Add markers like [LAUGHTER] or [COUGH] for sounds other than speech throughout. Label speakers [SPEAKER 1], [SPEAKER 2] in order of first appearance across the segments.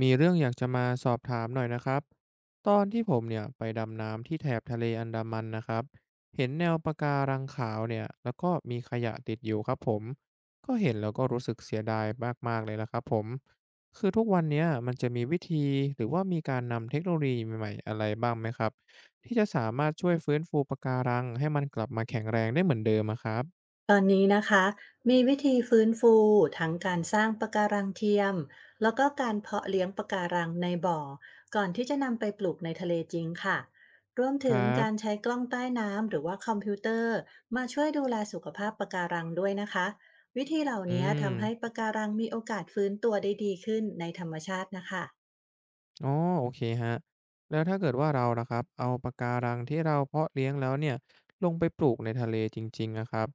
[SPEAKER 1] มีเรื่องอยากจะมาสอบถามหน่อยนะครับ ตอนที่ผมเนี่ยไปดำน้ำที่แถบทะเลอันดามันนะครับเห็นแนวปะการังขาวเนี่ยแล้วก็มีขยะติดอยู่ครับผม ก็เห็นแล้วก็รู้สึกเสียดายมากๆเลยละครับผมคือทุกวันเนี้ยมันจะมีวิธีหรือว่ามีการนำเทคโนโลยีใหม่ๆอะไรบ้างไหมครับที่จะสามารถช่วยฟื้นฟูปะการังให้มันกลับมาแข็งแรงได้เหมือนเดิมอะครับ
[SPEAKER 2] ตอนนี้นะคะมีวิธีฟื้นฟูทั้งการสร้างปะการังเทียมแล้วก็การเพาะเลี้ยงปะการังในบ่อก่อนที่จะนำไปปลูกในทะเลจริงค่ะรวม
[SPEAKER 1] ค
[SPEAKER 2] ถึง
[SPEAKER 1] รั
[SPEAKER 2] การ
[SPEAKER 1] บ
[SPEAKER 2] ใช้กล้องใต้น้ำหรือว่าคอมพิวเตอร์มาช่วยดูแลสุขภาพปะการังด้วยนะคะวิธีเหล่า
[SPEAKER 1] อื
[SPEAKER 2] นี้ทำให้
[SPEAKER 1] ม
[SPEAKER 2] ปะการังมีโอกาสฟื้นตัวได้ดีขึ้นในธรรมชาตินะคะ
[SPEAKER 1] อ๋อโอเคฮะแล้วถ้าเกิดว่าเราละครับเอาปะการังที่เราเพาะเลี้ยงแล้วเนี่ยลงไปปลูกในทะเลจริงๆนะครับ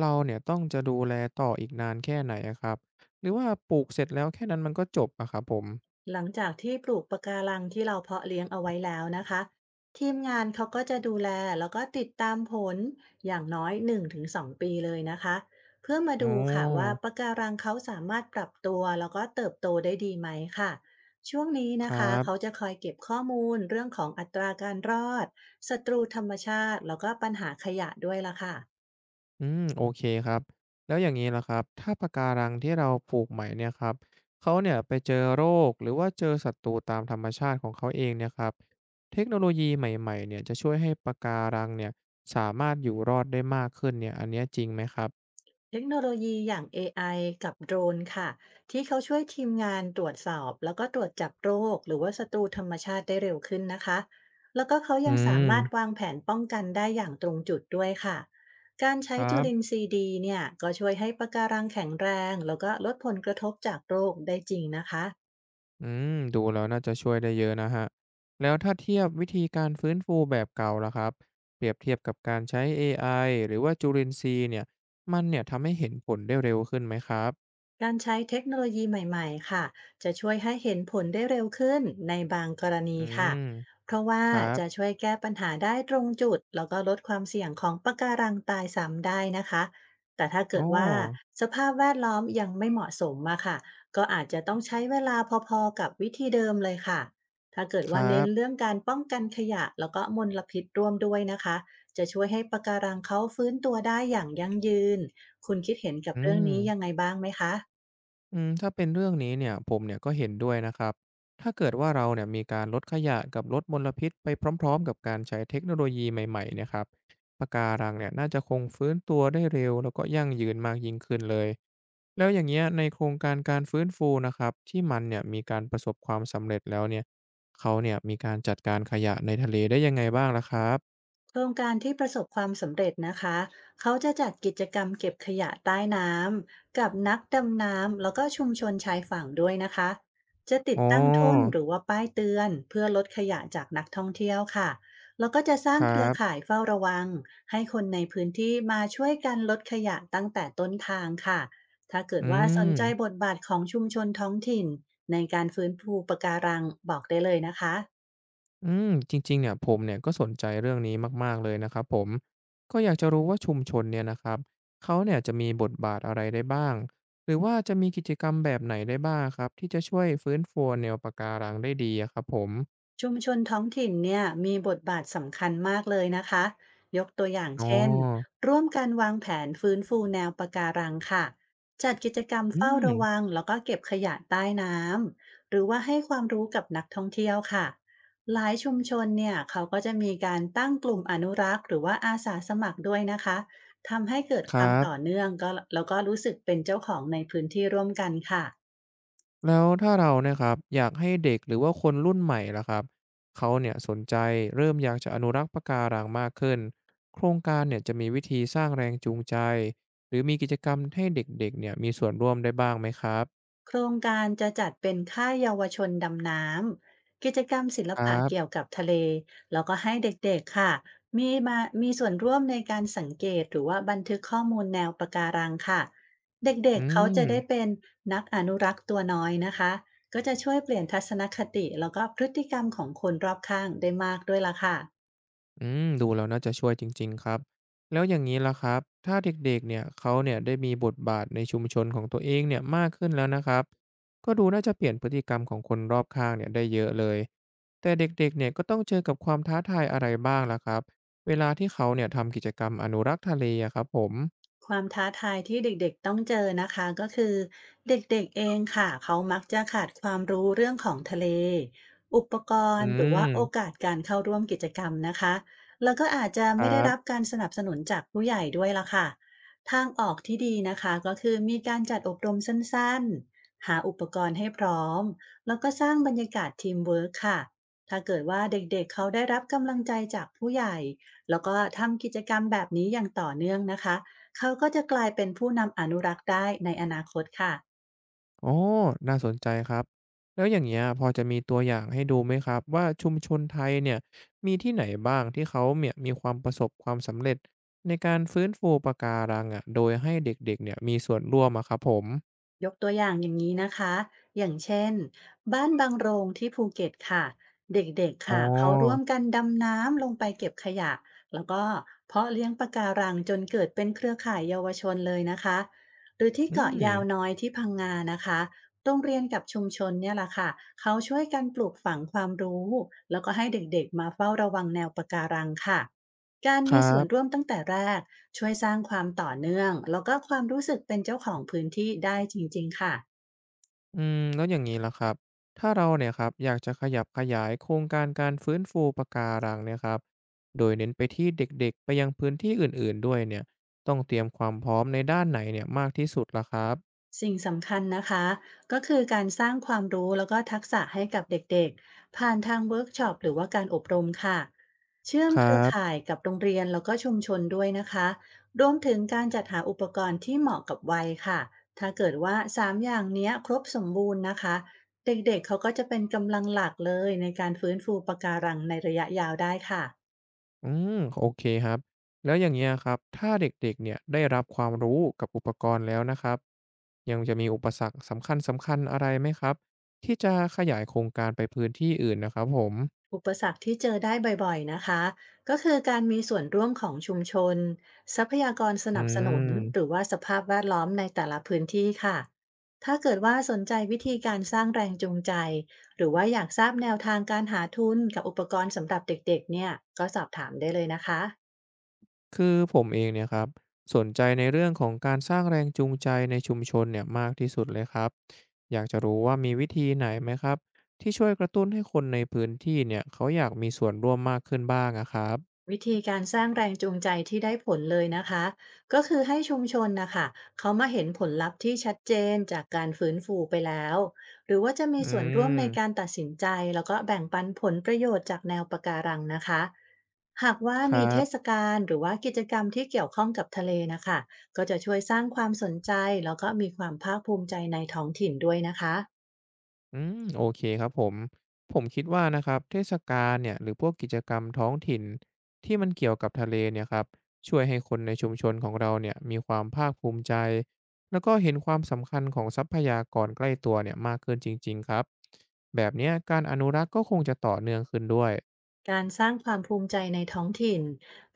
[SPEAKER 1] เราเนี่ยต้องจะดูแลต่ออีกนานแค่ไหนอะครับหรือว่าปลูกเสร็จแล้วแค่นั้นมันก็จบอะครับผม
[SPEAKER 2] หลังจากที่ปลูกปะการังที่เราเพาะเลี้ยงเอาไว้แล้วนะคะทีมงานเขาก็จะดูแลแล้วก็ติดตามผลอย่างน้อย1-2ปีเลยนะคะเพื่อมา
[SPEAKER 1] อ๋
[SPEAKER 2] ดูค่ะว่า
[SPEAKER 1] อ
[SPEAKER 2] ปะการังเขาสามารถปรับตัวแล้วก็เติบโตได้ดีไหมค่ะช่วงนี้
[SPEAKER 1] ค
[SPEAKER 2] นะ
[SPEAKER 1] รั
[SPEAKER 2] คะเขา
[SPEAKER 1] บ
[SPEAKER 2] จะคอยเก็บข้อมูลเรื่องของอัตราการรอดศัตรูธรรมชาติแล้วก็ปัญหาขยะด้วยล่ะค่ะ
[SPEAKER 1] อืมโอเคครับแล้วอย่างงี้ล่ะครับถ้าปะการังที่เราปลูกใหม่เนี่ยครับเขาเนี่ยไปเจอโรคหรือว่าเจอศัตรูตามธรรมชาติของเขาเองเนี่ยครับเทคโนโลยีใหม่ๆเนี่ยจะช่วยให้ปะการังเนี่ยสามารถอยู่รอดได้มากขึ้นเนี่ยอันเนี้ยจริงไหมครับ
[SPEAKER 2] เทคโนโลยีอย่าง AI กับโดรนค่ะที่เขาช่วยทีมงานตรวจสอบแล้วก็ตรวจจับโรคหรือว่าศัตรูธรรมชาติได้เร็วขึ้นนะคะแล้วก็เขา
[SPEAKER 1] อื
[SPEAKER 2] ยังสามารถวา
[SPEAKER 1] ม
[SPEAKER 2] งแผนป้องกันได้อย่างตรงจุดด้วยค่ะการใช้
[SPEAKER 1] ครั
[SPEAKER 2] จุลิน
[SPEAKER 1] บ
[SPEAKER 2] ทรีย์ดีเนี่ยก็ช่วยให้ปะการังแข็งแรงแล้วก็ลดผลกระทบจากโรคได้จริงนะคะ
[SPEAKER 1] อืมดูแล้วน่าจะช่วยได้เยอะนะฮะแล้วถ้าเทียบวิธีการฟื้นฟูแบบเก่าล่ะครับเปรียบเทียบกับการใช้เอไอหรือว่าจุลินทรีย์เนี่ยมันเนี่ยทำให้เห็นผลได้เร็วขึ้นไหมครับ
[SPEAKER 2] การใช้เทคโนโลยีใหม่ๆค่ะจะช่วยให้เห็นผลได้เร็วขึ้นในบางกร
[SPEAKER 1] อื
[SPEAKER 2] ณีค่ะ
[SPEAKER 1] ม
[SPEAKER 2] เพราะว่า
[SPEAKER 1] ครั
[SPEAKER 2] จะ
[SPEAKER 1] บ
[SPEAKER 2] ช่วยแก้ปัญหาได้ตรงจุดแล้วก็ลดความเสี่ยงของปะการังตายซ้ำได้นะคะแต่ถ้า
[SPEAKER 1] อ๋
[SPEAKER 2] เกิ
[SPEAKER 1] อ
[SPEAKER 2] ดว่าสภาพแวดล้อมยังไม่เหมาะสมอะค่ะก็อาจจะต้องใช้เวลาพอๆกับวิธีเดิมเลยค่ะถ้าเกิด
[SPEAKER 1] ค
[SPEAKER 2] ว่า
[SPEAKER 1] รั
[SPEAKER 2] เน้นเรื่
[SPEAKER 1] บ
[SPEAKER 2] องการป้องกันขยะแล้วก็มลพิษร่วมด้วยนะคะจะช่วยให้ปะการังเขาฟื้นตัวได้อย่างยั่งยืนคุณคิดเห็นกับ
[SPEAKER 1] อื
[SPEAKER 2] เรื่อง
[SPEAKER 1] ม
[SPEAKER 2] นี้ยังไงบ้างไหมคะ
[SPEAKER 1] อืมถ้าเป็นเรื่องนี้เนี่ยผมเนี่ยก็เห็นด้วยนะครับถ้าเกิดว่าเราเนี่ยมีการลดขยะกับลดมลพิษไปพร้อมๆกับการใช้เทคโนโลยีใหม่ๆเนะครับปะการังเนี่ยน่าจะคงฟื้นตัวได้เร็วแล้วก็ยั่งยืนมากยิ่งขึ้นเลยแล้วอย่างเงี้ยในโครงการการฟื้นฟูนะครับที่มันเนี่ยมีการประสบความสำเร็จแล้วเนี่ยเขาเนี่ยมีการจัดการขยะในทะเลได้ยังไงบ้างล่ะครับ
[SPEAKER 2] โครงการที่ประสบความสำเร็จนะคะเขาจะจัดกิจกรรมเก็บขยะใต้น้ำกับนักดำน้ำแล้วก็ชุมชนชายฝั่งด้วยนะคะจะติ
[SPEAKER 1] อ๋
[SPEAKER 2] ด
[SPEAKER 1] อ
[SPEAKER 2] ตั้งทุ่นหรือว่าป้ายเตือนเพื่อลดขยะจากนักท่องเที่ยวค่ะแล้วก็จะสร้า
[SPEAKER 1] ค
[SPEAKER 2] ง
[SPEAKER 1] รั
[SPEAKER 2] เครือข่าย
[SPEAKER 1] บ
[SPEAKER 2] เฝ้าระวังให้คนในพื้นที่มาช่วยกันลดขยะตั้งแต่ต้นทางค่ะถ้าเกิ
[SPEAKER 1] อื
[SPEAKER 2] ดว่าสนใจบ
[SPEAKER 1] ม
[SPEAKER 2] ทบาทของชุมชนท้องถิ่นในการฟื้นฟูปะการังบอกได้เลยนะคะ
[SPEAKER 1] อืมจริงๆเนี่ยผมเนี่ยก็สนใจเรื่องนี้มากๆเลยนะครับผมก็อยากจะรู้ว่าชุมชนเนี่ยนะครับเขาเนี่ยจะมีบทบาทอะไรได้บ้างหรือว่าจะมีกิจกรรมแบบไหนได้บ้างครับที่จะช่วยฟื้นฟูแนวปะการังได้ดีอะครับผม
[SPEAKER 2] ชุมชนท้องถิ่นเนี่ยมีบทบาทสำคัญมากเลยนะคะยกตัวอย่าง
[SPEAKER 1] อ๋
[SPEAKER 2] เช่น
[SPEAKER 1] อ
[SPEAKER 2] ร่วมกันวางแผนฟื้นฟูแนวปะการังค่ะจัดกิจกรรม
[SPEAKER 1] อื
[SPEAKER 2] เฝ้า
[SPEAKER 1] ม
[SPEAKER 2] ระวังแล้วก็เก็บขยะใต้น้ำหรือว่าให้ความรู้กับนักท่องเที่ยวค่ะหลายชุมชนเนี่ยเขาก็จะมีการตั้งกลุ่มอนุรักษ์หรือว่าอาสาสมัครด้วยนะคะทำให้เกิด
[SPEAKER 1] ค
[SPEAKER 2] ค
[SPEAKER 1] รั
[SPEAKER 2] วามต่อ
[SPEAKER 1] บ
[SPEAKER 2] เนื่องก็แล้วก็รู้สึกเป็นเจ้าของในพื้นที่ร่วมกันค่ะ
[SPEAKER 1] แล้วถ้าเราเนี่ยครับอยากให้เด็กหรือว่าคนรุ่นใหม่ล่ะครับเขาเนี่ยสนใจเริ่มอยากจะอนุรักษ์ปะการังมากขึ้นโครงการเนี่ยจะมีวิธีสร้างแรงจูงใจหรือมีกิจกรรมให้เด็กๆเนี่ยมีส่วนร่วมได้บ้างไหมครับ
[SPEAKER 2] โครงการจะจัดเป็นค่ายเยาวชนดำน้ำกิจกรรมศิล
[SPEAKER 1] ครั
[SPEAKER 2] ปะเกี่ย
[SPEAKER 1] บ
[SPEAKER 2] วกับทะเลแล้วก็ให้เด็กๆค่ะมีมามีส่วนร่วมในการสังเกตหรือว่าบันทึกข้อมูลแนวปะการังค่ะเด็
[SPEAKER 1] อื
[SPEAKER 2] กๆเขาจะได้
[SPEAKER 1] ม
[SPEAKER 2] เป็นนักอนุรักษ์ตัวน้อยนะคะก็จะช่วยเปลี่ยนทัศนคติแล้วก็พฤติกรรมของคนรอบข้างได้มากด้วยล่ะค่ะ
[SPEAKER 1] อืมดูแล้วน่าจะช่วยจริงๆครับแล้วอย่างนี้ล่ะครับถ้าเด็กๆเนี่ยเขาเนี่ยได้มีบทบาทในชุมชนของตัวเองเนี่ยมากขึ้นแล้วนะครับก็ดูน่าจะเปลี่ยนพฤติกรรมของคนรอบข้างเนี่ยได้เยอะเลยแต่เด็กๆเนี่ยก็ต้องเจอกับความท้าทายอะไรบ้างล่ะครับเวลาที่เขาเนี่ยทำกิจกรรมอนุรักษ์ทะเลอะครับผม
[SPEAKER 2] ความท้าทายที่เด็กๆต้องเจอนะคะก็คือเด็กๆเองค่ะเขามักจะขาดความรู้เรื่องของทะเลอุปกร
[SPEAKER 1] อื
[SPEAKER 2] ณ์หรือ
[SPEAKER 1] ม
[SPEAKER 2] ว่าโอกาสการเข้าร่วมกิจกรรมนะคะแล้วก็อาจจะ
[SPEAKER 1] ค
[SPEAKER 2] ไม่
[SPEAKER 1] รั
[SPEAKER 2] ได้รับ
[SPEAKER 1] บ
[SPEAKER 2] การสนับสนุนจากผู้ใหญ่ด้วยละค่ะทางออกที่ดีนะคะก็คือมีการจัดอบรมสั้นๆหาอุปกรณ์ให้พร้อมแล้วก็สร้างบรรยากาศทีมเวิร์คค่ะถ้าเกิดว่าเด็กๆเขาได้รับกำลังใจจากผู้ใหญ่แล้วก็ทำกิจกรรมแบบนี้อย่างต่อเนื่องนะคะ เขาก็จะกลายเป็นผู้นำอนุรักษ์ได้ในอนาคตค่ะ
[SPEAKER 1] อ๋อน่าสนใจครับ แล้วอย่างเงี้ยพอจะมีตัวอย่างให้ดูไหมครับว่าชุมชนไทยเนี่ยมีที่ไหนบ้างที่เขาเนี่ยมีความประสบความสำเร็จในการฟื้นฟูปะการังอะโดยให้เด็กๆเนี่ยมีส่วนร่วมอะครับผม
[SPEAKER 2] ยกตัวอย่างอย่างนี้นะคะ อย่างเช่นบ้านบางโรงที่ภูเก็ตค่ะ เด็กๆ
[SPEAKER 1] อ๋
[SPEAKER 2] ค่ะเขาร่ว
[SPEAKER 1] อ
[SPEAKER 2] มกันดำน้ำลงไปเก็บขยะแล้วก็เพาะเลี้ยงปะการังจนเกิดเป็นเครือข่ายเยาวชนเลยนะคะหรือที่
[SPEAKER 1] อื
[SPEAKER 2] เกาะ
[SPEAKER 1] ม
[SPEAKER 2] ยาวน้อยที่พังงานะคะโรงเรียนกับชุมชนเนี่ยแหละค่ะ เขาช่วยกันปลูกฝังความรู้แล้วก็ให้เด็กๆมาเฝ้าระวังแนวปะการังค่ะ การ
[SPEAKER 1] ค
[SPEAKER 2] มี
[SPEAKER 1] รั
[SPEAKER 2] ส่วนร่วม
[SPEAKER 1] บ
[SPEAKER 2] ตั้งแต่แรกช่วยสร้างความต่อเนื่องแล้วก็ความรู้สึกเป็นเจ้าของพื้นที่ได้จริงๆค่ะ
[SPEAKER 1] อืม แล้วอย่างนี้ล่ะครับถ้าเราเนี่ยครับอยากจะขยับขยายโครงการการฟื้นฟูปะการังเนี่ยครับโดยเน้นไปที่เด็กๆไปยังพื้นที่อื่นๆด้วยเนี่ยต้องเตรียมความพร้อมในด้านไหนเนี่ยมากที่สุดล่ะครับ
[SPEAKER 2] สิ่งสำคัญนะคะก็คือการสร้างความรู้แล้วก็ทักษะให้กับเด็กๆผ่านทางเวิร์กช็อปหรือว่าการอบรมค่ะเชื่อม
[SPEAKER 1] ครั
[SPEAKER 2] เครือ
[SPEAKER 1] บ
[SPEAKER 2] ข่ายกับโรงเรียนแล้วก็ชุมชนด้วยนะคะรวมถึงการจัดหาอุปกรณ์ที่เหมาะกับวัยค่ะถ้าเกิดว่าสามอย่างเนี้ยครบสมบูรณ์นะคะเด็กๆเขาก็จะเป็นกำลังหลักเลยในการฟื้นฟูปะการังในระยะยาวได้ค่ะ
[SPEAKER 1] อืม โอเคครับ แล้วอย่างเงี้ยครับ ถ้าเด็กๆเนี่ยได้รับความรู้กับอุปกรณ์แล้วนะครับ ยังจะมีอุปสรรคสำคัญๆอะไรไหมครับที่จะขยายโครงการไปพื้นที่อื่นนะครับผม
[SPEAKER 2] อุปสรรคที่เจอได้บ่อยๆ นะคะ ก็คือการมีส่วนร่วมของชุมชนทรัพยากรส
[SPEAKER 1] อื
[SPEAKER 2] นับสนุนหรื
[SPEAKER 1] ม
[SPEAKER 2] อว่าสภาพแวดล้อมในแต่ละพื้นที่ค่ะ ถ้าเกิดว่าสนใจวิธีการสร้างแรงจูงใจหรือว่าอยากทราบแนวทางการหาทุนกับอุปกรณ์สำหรับเด็กๆ เนี่ยก็สอบถามได้เลยนะคะ
[SPEAKER 1] คือผมเองเนี่ยครับ สนใจในเรื่องของการสร้างแรงจูงใจในชุมชนเนี่ยมากที่สุดเลยครับ อยากจะรู้ว่ามีวิธีไหนไหมครับ ที่ช่วยกระตุ้นให้คนในพื้นที่เนี่ยเขาอยากมีส่วนร่วมมากขึ้นบ้างอะครับ
[SPEAKER 2] วิธีการสร้างแรงจูงใจที่ได้ผลเลยนะคะ ก็คือให้ชุมชนนะคะเขามาเห็นผลลัพธ์ที่ชัดเจนจากการฟื้นฟูไปแล้วหรือว่าจะมี
[SPEAKER 1] อื
[SPEAKER 2] ส่วนร่วมในการ
[SPEAKER 1] ม
[SPEAKER 2] ตัดสินใจแล้วก็แบ่งปันผลประโยชน์จากแนวปะการังนะคะหากว่า
[SPEAKER 1] ครั
[SPEAKER 2] มีเทศ
[SPEAKER 1] บ
[SPEAKER 2] กาลหรือว่ากิจกรรมที่เกี่ยวข้องกับทะเลนะคะก็จะช่วยสร้างความสนใจแล้วก็มีความภาคภูมิใจในท้องถิ่นด้วยนะคะ
[SPEAKER 1] อืมโอเคครับผมผมคิดว่านะครับเทศกาลเนี่ยหรือพวกกิจกรรมท้องถิ่นที่มันเกี่ยวกับทะเลเนี่ยครับช่วยให้คนในชุมชนของเราเนี่ยมีความภาคภูมิใจแล้วก็เห็นความสำคัญของทรัพยากรใกล้ตัวเนี่ยมากขึ้นจริงๆครับแบบเนี้ยการอนุรักษ์ก็คงจะต่อเนื่องขึ้นด้วย
[SPEAKER 2] การสร้างความภูมิใจในท้องถิ่น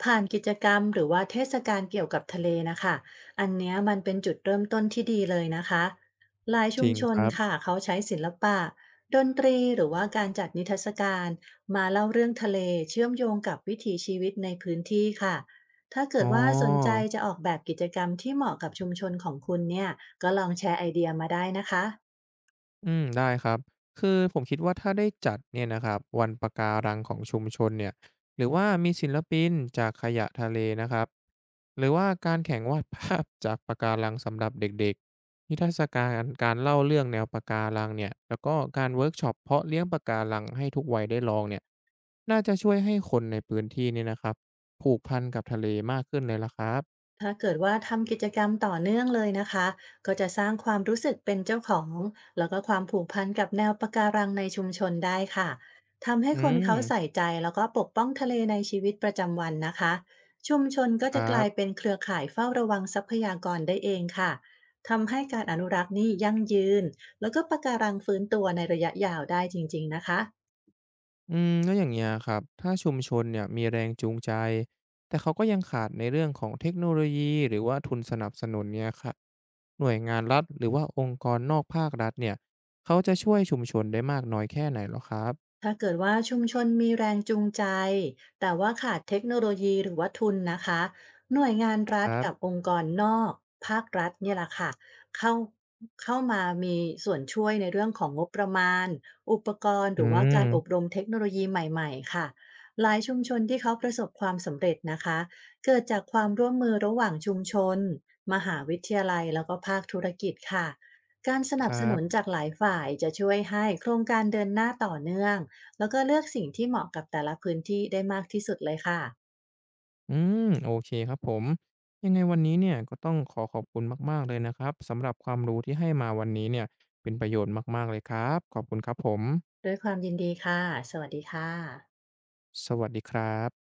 [SPEAKER 2] ผ่านกิจกรรมหรือว่าเทศกาลเกี่ยวกับทะเลนะคะอันเนี้ยมันเป็นจุดเริ่มต้นที่ดีเลยนะคะหลาย
[SPEAKER 1] จ
[SPEAKER 2] ชุม
[SPEAKER 1] ริง
[SPEAKER 2] ช
[SPEAKER 1] ค
[SPEAKER 2] น
[SPEAKER 1] รับ
[SPEAKER 2] ค่ะเขาใช้ศิลปะดนตรีหรือว่าการจัดนิทรรศการมาเล่าเรื่องทะเลเชื่อมโยงกับวิถีชีวิตในพื้นที่ค่ะถ้าเกิ
[SPEAKER 1] อ๋อ
[SPEAKER 2] ดว่าสนใจจะออกแบบกิจกรรมที่เหมาะกับชุมชนของคุณเนี่ยก็ลองแชร์ไอเดียมาได้นะคะ
[SPEAKER 1] อืมได้ครับคือผมคิดว่าถ้าได้จัดเนี่ยนะครับวันปะการังของชุมชนเนี่ยหรือว่ามีศิลปินจากขยะทะเลนะครับหรือว่าการแข่งวาดภาพ [LAUGHS] จากปะการังสำหรับเด็กๆนิทรรศการการเล่าเรื่องแนวปะการังเนี่ยแล้วก็การเวิร์กช็อปเพาะเลี้ยงปะการังให้ทุกวัยได้ลองเนี่ยน่าจะช่วยให้คนในพื้นที่เนี่ยนะครับผูกพันกับทะเลมากขึ้นเลยล่ะครับ
[SPEAKER 2] ถ้าเกิดว่าทำกิจกรรมต่อเนื่องเลยนะคะก็จะสร้างความรู้สึกเป็นเจ้าของแล้วก็ความผูกพันกับแนวปะการังในชุมชนได้ค่ะ ทำให้
[SPEAKER 1] อื
[SPEAKER 2] คน
[SPEAKER 1] ม
[SPEAKER 2] เขาใส่ใจแล้วก็ปกป้องทะเลในชีวิตประจำวันนะคะชุมชน
[SPEAKER 1] ค
[SPEAKER 2] ก็จะ
[SPEAKER 1] รั
[SPEAKER 2] กลาย
[SPEAKER 1] บ
[SPEAKER 2] เป็นเครือข่ายเฝ้าระวังทรัพยากรได้เองค่ะ ทำให้การอนุรักษ์นี่ยั่งยืน แล้วก็ปะการังฟื้นตัวในระยะยาวได้จริงๆนะคะ
[SPEAKER 1] อืมแล้วอย่างเงี้ยครับถ้าชุมชนเนี่ยมีแรงจูงใจแต่เขาก็ยังขาดในเรื่องของเทคโนโลยีหรือว่าทุนสนับสนุนเนี่ยครับหน่วยงานรัฐหรือว่าองค์กรนอกภาครัฐเนี่ยเขาจะช่วยชุมชนได้มากน้อยแค่ไหนเหรอครับ
[SPEAKER 2] ถ้าเกิดว่าชุมชนมีแรงจูงใจแต่ว่าขาดเทคโนโลยีหรือว่าทุนนะคะหน่วยงาน
[SPEAKER 1] ค
[SPEAKER 2] รัฐ
[SPEAKER 1] รั
[SPEAKER 2] กับ
[SPEAKER 1] บ
[SPEAKER 2] องค์กรนอกภาครัฐเนี่ยแหละค่ะเข้าเข้ามามีส่วนช่วยในเรื่องของงบประมาณอุปกรณ์ห
[SPEAKER 1] อื
[SPEAKER 2] รือว่า
[SPEAKER 1] ม
[SPEAKER 2] การอบรมเทคโนโลยีใหม่ๆค่ะหลายชุมชนที่เขาประสบความสำเร็จนะคะเกิดจากความร่วมมือระหว่างชุมชนมหาวิทยาลัยแล้วก็ภาคธุรกิจค่ะการส
[SPEAKER 1] ค
[SPEAKER 2] นับ
[SPEAKER 1] รั
[SPEAKER 2] สนุน
[SPEAKER 1] บ
[SPEAKER 2] จากหลายฝ่ายจะช่วยให้โครงการเดินหน้าต่อเนื่อง แล้วก็เลือกสิ่งที่เหมาะกับแต่ละพื้นที่ได้มากที่สุดเลยค่ะ
[SPEAKER 1] อืมโอเคครับผมยังไงวันนี้เนี่ยก็ต้องขอขอบคุณมากๆเลยนะครับสำหรับความรู้ที่ให้มาวันนี้เนี่ยเป็นประโยชน์มากๆเลยครับขอบคุณครับผม
[SPEAKER 2] ด้วยความยินดีค่ะ สวัสดีค่ะ
[SPEAKER 1] สวัสดีครับ